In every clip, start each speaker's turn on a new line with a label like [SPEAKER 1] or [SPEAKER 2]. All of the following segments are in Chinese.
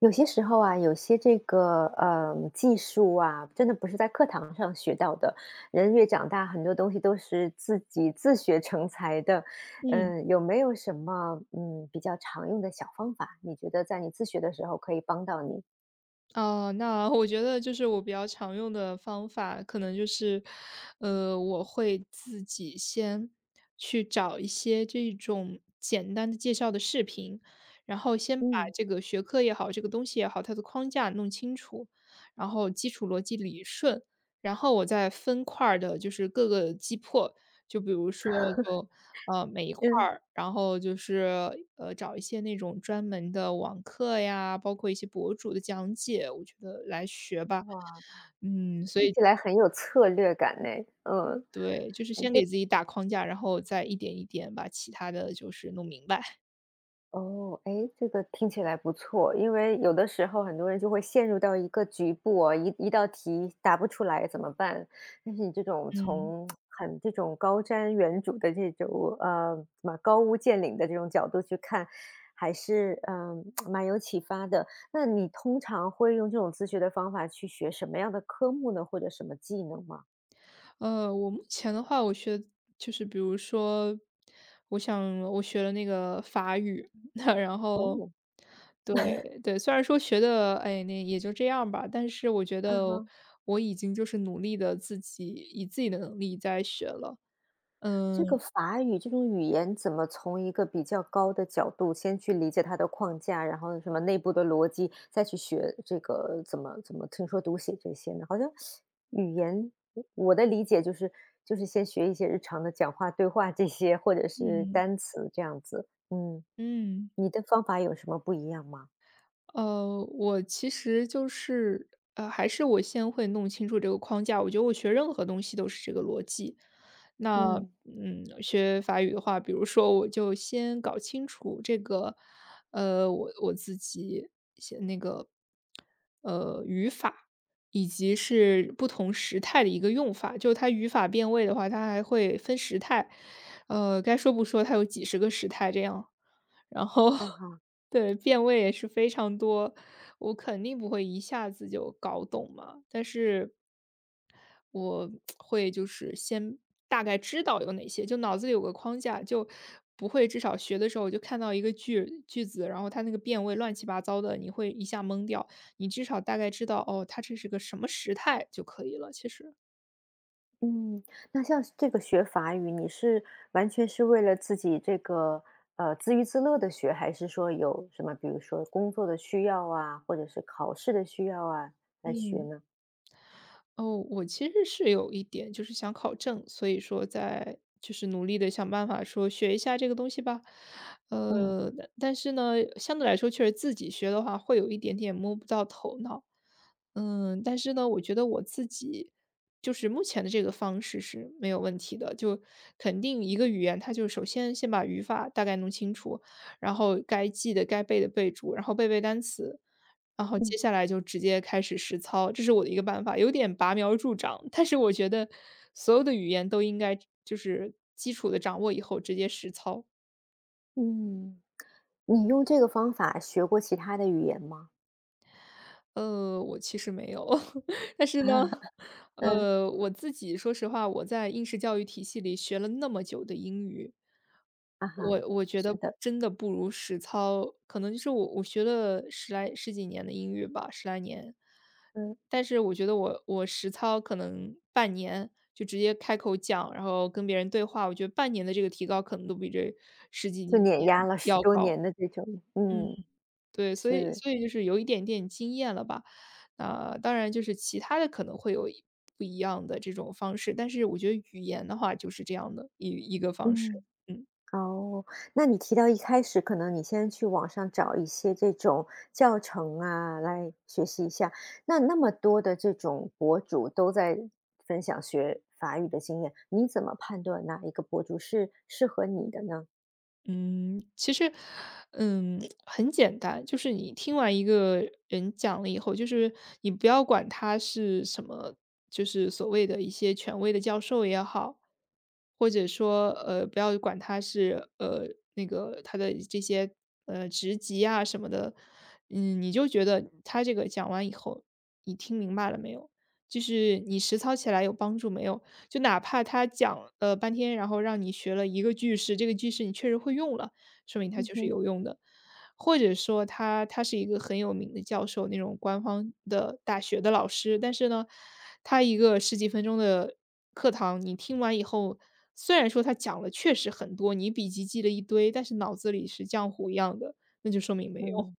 [SPEAKER 1] 有些时候啊，有些这个技术啊，真的不是在课堂上学到的。人越长大，很多东西都是自己自学成才的。
[SPEAKER 2] 嗯，
[SPEAKER 1] 嗯，有没有什么比较常用的小方法？你觉得在你自学的时候可以帮到你？
[SPEAKER 2] 啊，那我觉得就是我比较常用的方法，可能就是，我会自己先去找一些这种简单的介绍的视频，然后先把
[SPEAKER 1] 嗯，
[SPEAKER 2] 这个学科也好，这个东西也好，它的框架弄清楚，然后基础逻辑理顺，然后我再分块儿的，就是各个击破，就比如说就，每一块
[SPEAKER 1] 嗯，
[SPEAKER 2] 儿，然后就是，找一些那种专门的网课呀，包括一些博主的讲解，我觉得来学吧。
[SPEAKER 1] 哇，
[SPEAKER 2] 嗯，所
[SPEAKER 1] 听
[SPEAKER 2] 以
[SPEAKER 1] 起来很有策略感呢。嗯。
[SPEAKER 2] 对，就是先给自己打框架，然后再一点一点把其他的就是弄明白，
[SPEAKER 1] 哦，哎，这个听起来不错。因为有的时候很多人就会陷入到一个局部哦，一道题答不出来怎么办？但是你这种
[SPEAKER 2] 嗯。
[SPEAKER 1] 从很这种高瞻远瞩的这种，什么高屋建瓴的这种角度去看，还是，蛮有启发的。那你通常会用这种自学的方法去学什么样的科目呢？或者什么技能吗？
[SPEAKER 2] 我目前的话，我学就是比如说，我想我学了那个法语，然后
[SPEAKER 1] 哦，
[SPEAKER 2] 对对，虽然说学的，哎，那也就这样吧，但是我觉
[SPEAKER 1] 嗯
[SPEAKER 2] 得
[SPEAKER 1] 哼。
[SPEAKER 2] 我已经就是努力的自己以自己的能力在学了，嗯
[SPEAKER 1] 这个法语这种语言怎么从一个比较高的角度先去理解它的框架，然后什么内部的逻辑，再去学这个怎么听说读写这些呢？好像语言，我的理解就是先学一些日常的讲话对话这些，或者是单词这样子。嗯，
[SPEAKER 2] 嗯。
[SPEAKER 1] 你的方法有什么不一样吗？
[SPEAKER 2] 我其实就是，还是我先会弄清楚这个框架。我觉得我学任何东西都是这个逻辑。那
[SPEAKER 1] 嗯，
[SPEAKER 2] 嗯嗯学法语的话，比如说，我就先搞清楚这个，我自己写那个，以及是不同时态的一个用法。就它语法变位的话，它还会分时态，该说不说，它有几十个时态这样。然后
[SPEAKER 1] 啊 哈。
[SPEAKER 2] 对，变位也是非常多，我肯定不会一下子就搞懂嘛，但是我会就是先大概知道有哪些，就脑子里有个框架，就不会至少学的时候就看到一个句子，然后它那个变位乱七八糟的，你会一下懵掉，你至少大概知道哦，它这是个什么时态就可以了，其实。
[SPEAKER 1] 嗯，那像是这个学法语，你是完全是为了自己这个自娱自乐的学，还是说有什么，比如说工作的需要啊，或者是考试的需要啊来学
[SPEAKER 2] 嗯。
[SPEAKER 1] 呢？
[SPEAKER 2] 哦，我其实是有一点就是想考证，所以说在就是努力的想办法说学一下这个东西吧。
[SPEAKER 1] 嗯
[SPEAKER 2] 但是呢，相对来说确实自己学的话会有一点点摸不到头脑。嗯，但是呢，我觉得我自己就是目前的这个方式是没有问题的，就肯定一个语言，它就首先先把语法大概弄清楚，然后该记的、该背的背住，然后背单词。然后接
[SPEAKER 1] 嗯
[SPEAKER 2] 下来就直接开始实操，这是我的一个办法，有点拔苗助长。但是我觉得所有的语言都应该就是基础的掌握以后直接实操。
[SPEAKER 1] 嗯，你用这个方法学过其他的语言吗？
[SPEAKER 2] 我其实没有，但 是
[SPEAKER 1] 啊，
[SPEAKER 2] 呢，
[SPEAKER 1] 嗯
[SPEAKER 2] 我自己说实话，我在应试教育体系里学了那么久的英语，
[SPEAKER 1] 啊哈，
[SPEAKER 2] 我觉得
[SPEAKER 1] 是的，
[SPEAKER 2] 真的不如实操，可能就是我学了十几年的英语吧，十来年，
[SPEAKER 1] 嗯，
[SPEAKER 2] 但是我觉得我实操可能半年就直接开口讲，然后跟别人对话，我觉得半年的这个提高可能都比这十几
[SPEAKER 1] 就碾
[SPEAKER 2] 年
[SPEAKER 1] 压了十
[SPEAKER 2] 要
[SPEAKER 1] 多
[SPEAKER 2] 高，
[SPEAKER 1] 年的这种，
[SPEAKER 2] 嗯。
[SPEAKER 1] 嗯，
[SPEAKER 2] 对，所以
[SPEAKER 1] 是，
[SPEAKER 2] 所以就是有一点点经验了吧。那当然就是其他的可能会有不一样的这种方式，但是我觉得语言的话就是这样的一个方式，
[SPEAKER 1] 嗯。
[SPEAKER 2] 嗯。
[SPEAKER 1] 哦，那你提到一开始可能你先去网上找一些这种教程啊，来学习一下。那那么多的这种博主都在分享学法语的经验，你怎么判断哪一个博主是适合你的呢？
[SPEAKER 2] 嗯，其实，嗯，很简单，就是你听完一个人讲了以后，就是你不要管他是什么，就是所谓的一些权威的教授也好，或者说，不要管他是那个他的这些职级啊什么的，嗯，你就觉得他这个讲完以后，你听明白了没有？就是你实操起来有帮助没有？就哪怕他讲了半天，然后让你学了一个句式，这个句式你确实会用了，说明它
[SPEAKER 1] 嗯
[SPEAKER 2] 就是
[SPEAKER 1] 哼。
[SPEAKER 2] 有用的。或者说他是一个很有名的教授，那种官方的大学的老师，但是呢，他一个十几分钟的课堂，你听完以后，虽然说他讲了确实很多，你笔记记了一堆，但是脑子里是浆糊一样的，那就说明没用。
[SPEAKER 1] 嗯，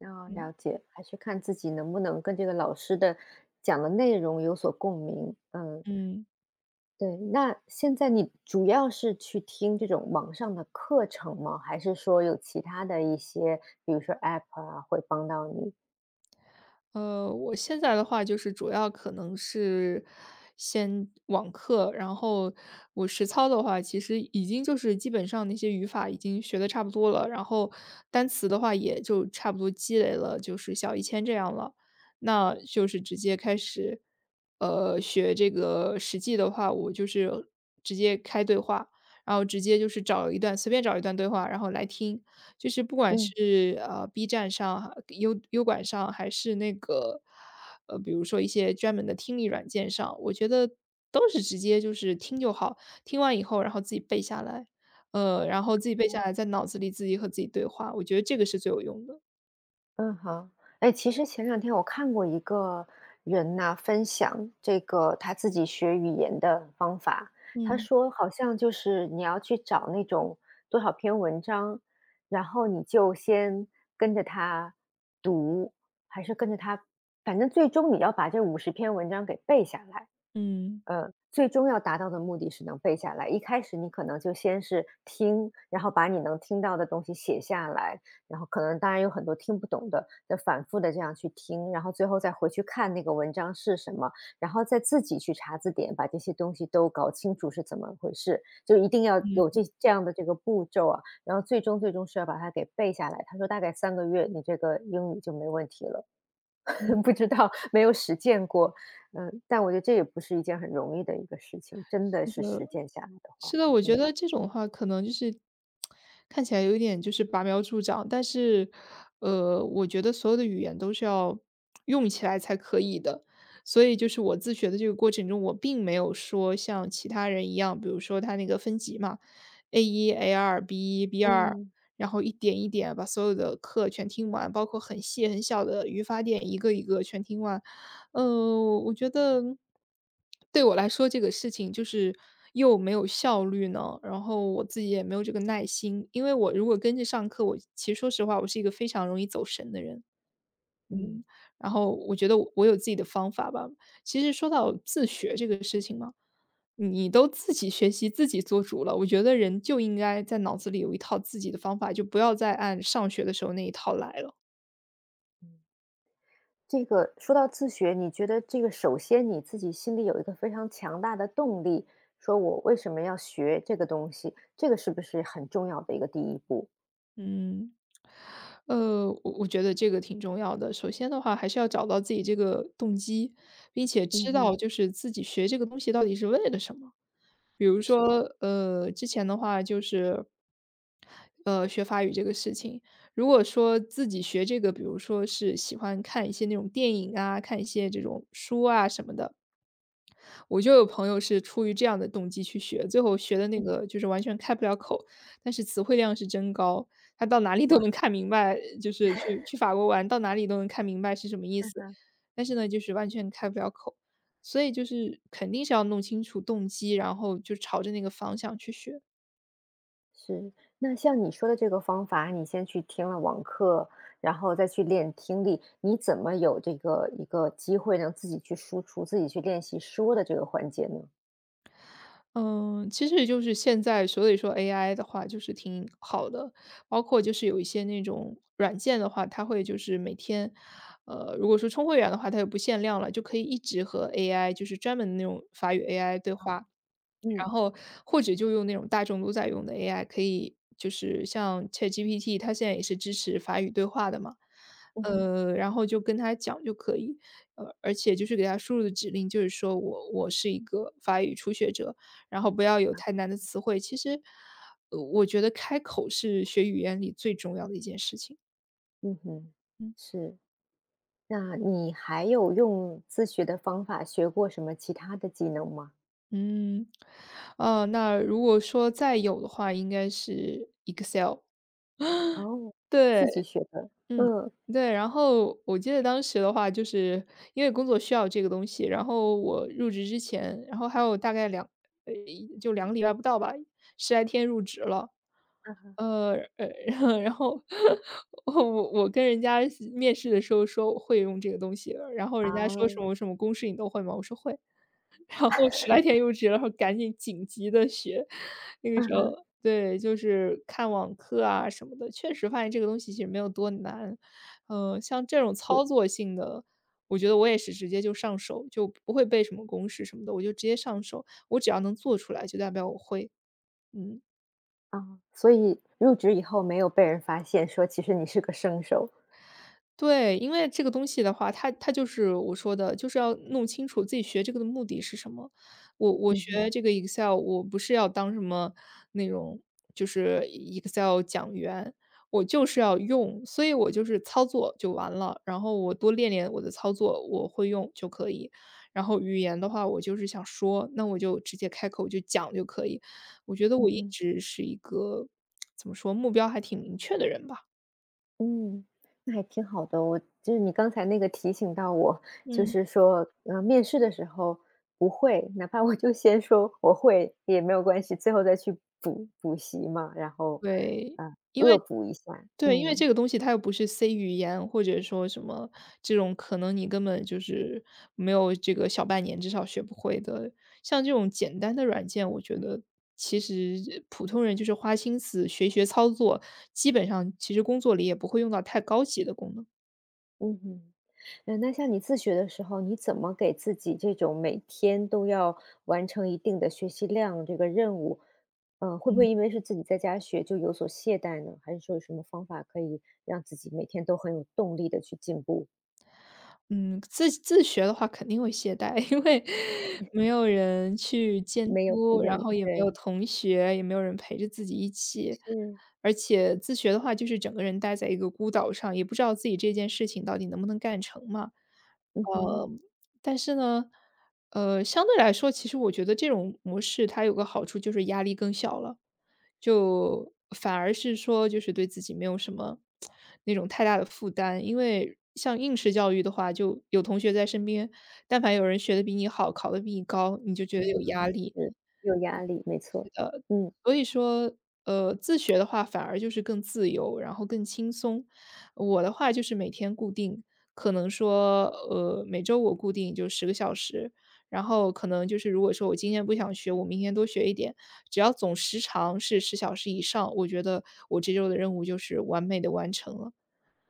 [SPEAKER 1] 哦，
[SPEAKER 2] 嗯
[SPEAKER 1] 了解，还是看自己能不能跟这个老师的讲的内容有所共鸣。嗯。
[SPEAKER 2] 嗯。
[SPEAKER 1] 对，那现在你主要是去听这种网上的课程吗？还是说有其他的一些，比如说 App 啊，会帮到你？
[SPEAKER 2] 我现在的话就是主要可能是先网课，然后我实操的话，其实已经就是基本上那些语法已经学的差不多了，然后单词的话也就差不多积累了，就是小一千这样了。那就是直接开始，学这个实际的话，我就是直接开对话，然后直接就是找一段随便找一段对话，然后来听。就是不管
[SPEAKER 1] 嗯
[SPEAKER 2] 是，B 站上、优优管上，还是那个，比如说一些专门的听力软件上，我觉得都是直接就是听就好，听完以后然后自己背下来，在脑子里自己和自己对话，我觉得这个是最有用的。
[SPEAKER 1] 嗯，好。哎，其实前两天我看过一个人呐，分享这个他自己学语言的方法，他
[SPEAKER 2] 嗯，
[SPEAKER 1] 说好像就是你要去找那种多少篇文章，然后你就先跟着他读，还是跟着他，反正最终你要把这50篇文章给背下来。
[SPEAKER 2] 嗯。
[SPEAKER 1] 最终要达到的目的是能背下来。一开始你可能就先是听，然后把你能听到的东西写下来，然后可能当然有很多听不懂的，再反复的这样去听，然后最后再回去看那个文章是什么，然后再自己去查字典，把这些东西都搞清楚是怎么回事，就一定要有
[SPEAKER 2] 嗯，
[SPEAKER 1] 这样的这个步骤啊，然后最终最终是要把它给背下来。他说大概3个月，你这个英语就没问题了。不知道，没有实践过。嗯，但我觉得这也不是一件很容易的一个事情，真的
[SPEAKER 2] 是
[SPEAKER 1] 是
[SPEAKER 2] 的。
[SPEAKER 1] 实践下来的话，
[SPEAKER 2] 是的，我觉
[SPEAKER 1] 嗯。
[SPEAKER 2] 得这种话可能就是看起来有一点就是拔苗助长，但是，我觉得所有的语言都是要用起来才可以的。所以就是我自学的这个过程中，我并没有说像其他人一样，比如说他那个分级嘛 a 一 a 二 b 一 b 二，
[SPEAKER 1] 嗯
[SPEAKER 2] 然后一点一点把所有的课全听完，包括很细很小的语法点一个一个全听完。我觉得对我来说这个事情就是又没有效率呢，然后我自己也没有这个耐心。因为我如果跟着上课，我其实说实话，我是一个非常容易走神的人。
[SPEAKER 1] 嗯
[SPEAKER 2] 然后我觉得我有自己的方法吧。其实说到自学这个事情嘛，你都自己学习、自己做主了，我觉得人就应该在脑子里有一套自己的方法，就不要再按上学的时候那一套来了。
[SPEAKER 1] 嗯。这个说到自学，你觉得这个首先你自己心里有一个非常强大的动力，说我为什么要学这个东西，这个是不是很重要的一个第一步？
[SPEAKER 2] 嗯，我觉得这个挺重要的。首先的话，还是要找到自己这个动机，并且
[SPEAKER 1] 嗯
[SPEAKER 2] 知道
[SPEAKER 1] 哼，
[SPEAKER 2] 就是自己学这个东西到底是为了什么。比如说，
[SPEAKER 1] 是，
[SPEAKER 2] 之前的话就是，学法语这个事情，如果说自己学这个，比如说是喜欢看一些那种电影啊，看一些这种书啊什么的，我就有朋友是出于这样的动机去学，最后学的那个就是完全开不了口，但是词汇量是真高，他到哪里都
[SPEAKER 1] 啊。
[SPEAKER 2] 能看明白，就是去法国玩，到哪里都能看明白是什么意思。但是呢，就是完全开不了口，所以就是肯定是要弄清楚动机，然后就朝着那个方向去学。
[SPEAKER 1] 是，那像你说的这个方法，你先去听了网课，然后再去练听力，你怎么有这个一个机会让自己去输出、自己去练习说的这个环节呢？
[SPEAKER 2] 嗯，其实也就是现在，所以说 AI 的话就是挺好的，包括就是有一些那种软件的话，它会就是每天，如果说充会员的话，它就不限量了，就可以一直和 AI 就是专门的那种法语 AI 对话，
[SPEAKER 1] 嗯
[SPEAKER 2] 然后或者就用那种大众都在用的 AI，可以就是像 ChatGPT，它现在也是支持法语对话的嘛，
[SPEAKER 1] 嗯哼。
[SPEAKER 2] 然后就跟他讲就可以，而且就是给他输入的指令就是说我是一个法语初学者，然后不要有太难的词汇。其实，我觉得开口是学语言里最重要的一件事情。
[SPEAKER 1] 嗯哼，
[SPEAKER 2] 嗯
[SPEAKER 1] 是。那你还有用自学的方法学过什么其他的技能吗？
[SPEAKER 2] 嗯，那如果说再有的话，应该是 Excel。
[SPEAKER 1] 哦，
[SPEAKER 2] 对，
[SPEAKER 1] 自己学的，
[SPEAKER 2] 嗯，
[SPEAKER 1] 嗯，
[SPEAKER 2] 对，然后我记得当时的话，就是因为工作需要这个东西，然后我入职之前，然后还有大概呃，就2个礼拜不到吧，十来天入职了。
[SPEAKER 1] 嗯哼，
[SPEAKER 2] 呃，呃，然后 我跟人家面试的时候说我会用这个东西，然后
[SPEAKER 1] 啊，
[SPEAKER 2] 人家说什么什么公式你都会吗？我说会。然后十来天入职，然后赶紧紧急的学。那个
[SPEAKER 1] 嗯
[SPEAKER 2] 时
[SPEAKER 1] 哼，
[SPEAKER 2] 候对，就是看网课啊什么的，确实发现这个东西其实没有多难。嗯，像这种
[SPEAKER 1] 是
[SPEAKER 2] 操作性的，我觉得我也是直接就上手，就不会背什么公式什么的，我就直接上手，我只要能做出来就代表我会，嗯。
[SPEAKER 1] 啊，所以入职以后没有被人发现说其实你是个生手，
[SPEAKER 2] 对，因为这个东西的话，它就是我说的，就是要弄清楚自己学这个的目的是什么。我
[SPEAKER 1] 嗯哼，
[SPEAKER 2] 学这个 Excel,我不是要当什么那种就是 Excel 讲员，我就是要用，所以我就是操作就完了。然后我多练练我的操作，我会用就可以。然后语言的话，我就是想说，那我就直接开口就讲就可以。我觉得我
[SPEAKER 1] 嗯
[SPEAKER 2] 一
[SPEAKER 1] 哼。
[SPEAKER 2] 直是一个 怎么说，目标还挺明确的人吧。
[SPEAKER 1] 嗯，那还挺好的。我就是你刚才那个提醒到我，就
[SPEAKER 2] 嗯。
[SPEAKER 1] 是说，面试的时候不会，哪怕我就先说我会也没有关系，最后再去补补习嘛，然后，
[SPEAKER 2] 对。
[SPEAKER 1] 恶补一下。
[SPEAKER 2] 对，因为
[SPEAKER 1] 嗯
[SPEAKER 2] 这个东西它又不是 C 语言，或者说什么这种可能你根本就是没有这个小半年至少学不会的。像这种简单的软件，我觉得其实普通人就是花心思学一学操作，基本上其实工作里也不会用到太高级的功能。
[SPEAKER 1] 嗯哼，那像你自学的时候，你怎么给自己这种每天都要完成一定的学习量这个任务，会不会因为是自己在家学就有所懈怠呢？还是说有什么方法可以让自己每天都很有动力的去进步？
[SPEAKER 2] 嗯，自学的话肯定会懈怠，因为没有人去监
[SPEAKER 1] 没有逼
[SPEAKER 2] 督，
[SPEAKER 1] 着
[SPEAKER 2] 然后
[SPEAKER 1] 你，
[SPEAKER 2] 也没有
[SPEAKER 1] 对，
[SPEAKER 2] 同学，也没有人陪着自己一起。
[SPEAKER 1] 是，
[SPEAKER 2] 而且自学的话，就是整个人待在一个孤岛上，也不知道自己这件事情到底能不能干成嘛。
[SPEAKER 1] 嗯哼。
[SPEAKER 2] 呃，但是呢,相对来说，其实我觉得这种模式它有个好处就是压力更小了，就反而是说就是对自己没有什么那种太大的负担。因为像应试教育的话，就有同学在身边，但凡有人学的比你好，考的比你高，你就觉得有压
[SPEAKER 1] 嗯。
[SPEAKER 2] 力。
[SPEAKER 1] 是，有压力，没错，嗯。
[SPEAKER 2] 所以说，自学的话反而就是更自由，然后更轻松。我的话就是每天固定，可能说，每周我固定就10个小时，然后可能就是如果说我今天不想学，我明天多学一点，只要总时长是10小时以上，我觉得我这周的任务就是完美的完成了。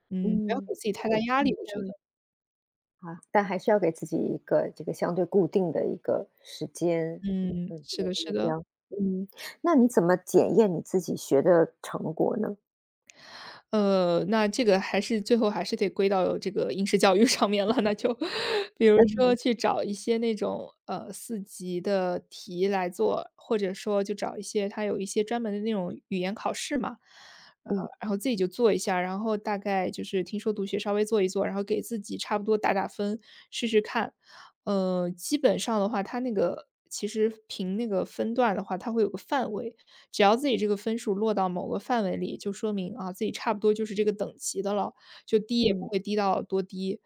[SPEAKER 2] 嗯，不要
[SPEAKER 1] 嗯。
[SPEAKER 2] 给自己
[SPEAKER 1] 就
[SPEAKER 2] 太大
[SPEAKER 1] 给
[SPEAKER 2] 压
[SPEAKER 1] 自
[SPEAKER 2] 力，
[SPEAKER 1] 己
[SPEAKER 2] 我
[SPEAKER 1] 这
[SPEAKER 2] 觉得。
[SPEAKER 1] 样啊，但还是要给自己一个这个相对固定的一个时间，一
[SPEAKER 2] 嗯，
[SPEAKER 1] 个一
[SPEAKER 2] 是的
[SPEAKER 1] 个
[SPEAKER 2] 是
[SPEAKER 1] 目
[SPEAKER 2] 的。
[SPEAKER 1] 标。嗯，那你怎么检验你自己学的成果呢？
[SPEAKER 2] 那这个还是最后还是得归到这个应试教育上面了，那就 比如
[SPEAKER 1] 嗯
[SPEAKER 2] 说
[SPEAKER 1] 哼，
[SPEAKER 2] 去找一些那种，四级的题来做，或者说就找一些它有一些专门的那种语言考试嘛。
[SPEAKER 1] 嗯，
[SPEAKER 2] 然后自己就做一下，然后大概就是听说读写稍微做一做，然后给自己差不多打打分，试试看。基本上的话，它那个其实凭那个分段的话，它会有个范围，只要自己这个分数落到某个范围里，就说明啊自己差不多就是这个等级的了，就低也不
[SPEAKER 1] 嗯，
[SPEAKER 2] 会低到多低。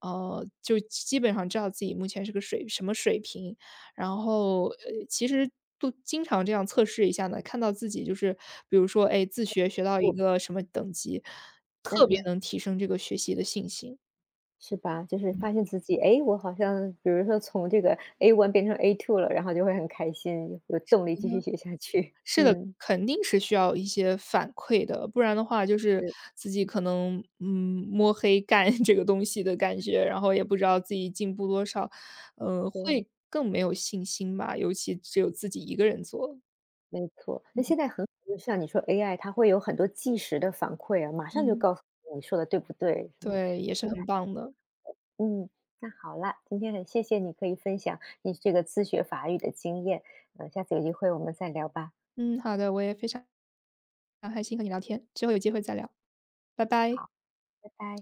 [SPEAKER 2] 就基本上知道自己目前是个什么水平，然后，其实都经常这样测试一下呢，看到自己就是比如说，哎，自学学到一
[SPEAKER 1] 不
[SPEAKER 2] 个什么等级，
[SPEAKER 1] 嗯
[SPEAKER 2] 特别
[SPEAKER 1] 哼，
[SPEAKER 2] 能提升这个学习的信心。
[SPEAKER 1] 是吧？就是发现自己，哎，我好像比如说从这个 A1 变成 A2 了，然后就会很开心，有动力继续学下去。
[SPEAKER 2] 是的，
[SPEAKER 1] 嗯，
[SPEAKER 2] 肯定是需要一些反馈的，不然的话就是
[SPEAKER 1] 嗯
[SPEAKER 2] 自己可能，嗯，摸黑干 这个东西的感觉，然后也不知道自己进步多少，
[SPEAKER 1] 对。
[SPEAKER 2] 会更没有信心吧，尤其只有自己一个人做，
[SPEAKER 1] 没错，那现在很好就像你说 AI，它会有很多即时的反馈啊，马上就
[SPEAKER 2] 嗯，
[SPEAKER 1] 告诉你你说的对不对，什么
[SPEAKER 2] 对，也是
[SPEAKER 1] 这个
[SPEAKER 2] 很棒的。
[SPEAKER 1] 嗯，那好了，今天很谢谢你可以分享你这个自学法语的经验，下次有机会我们再聊吧。
[SPEAKER 2] 嗯，好的，我也非常开心和你聊天，之后有机会再聊。拜拜。
[SPEAKER 1] 好，拜拜。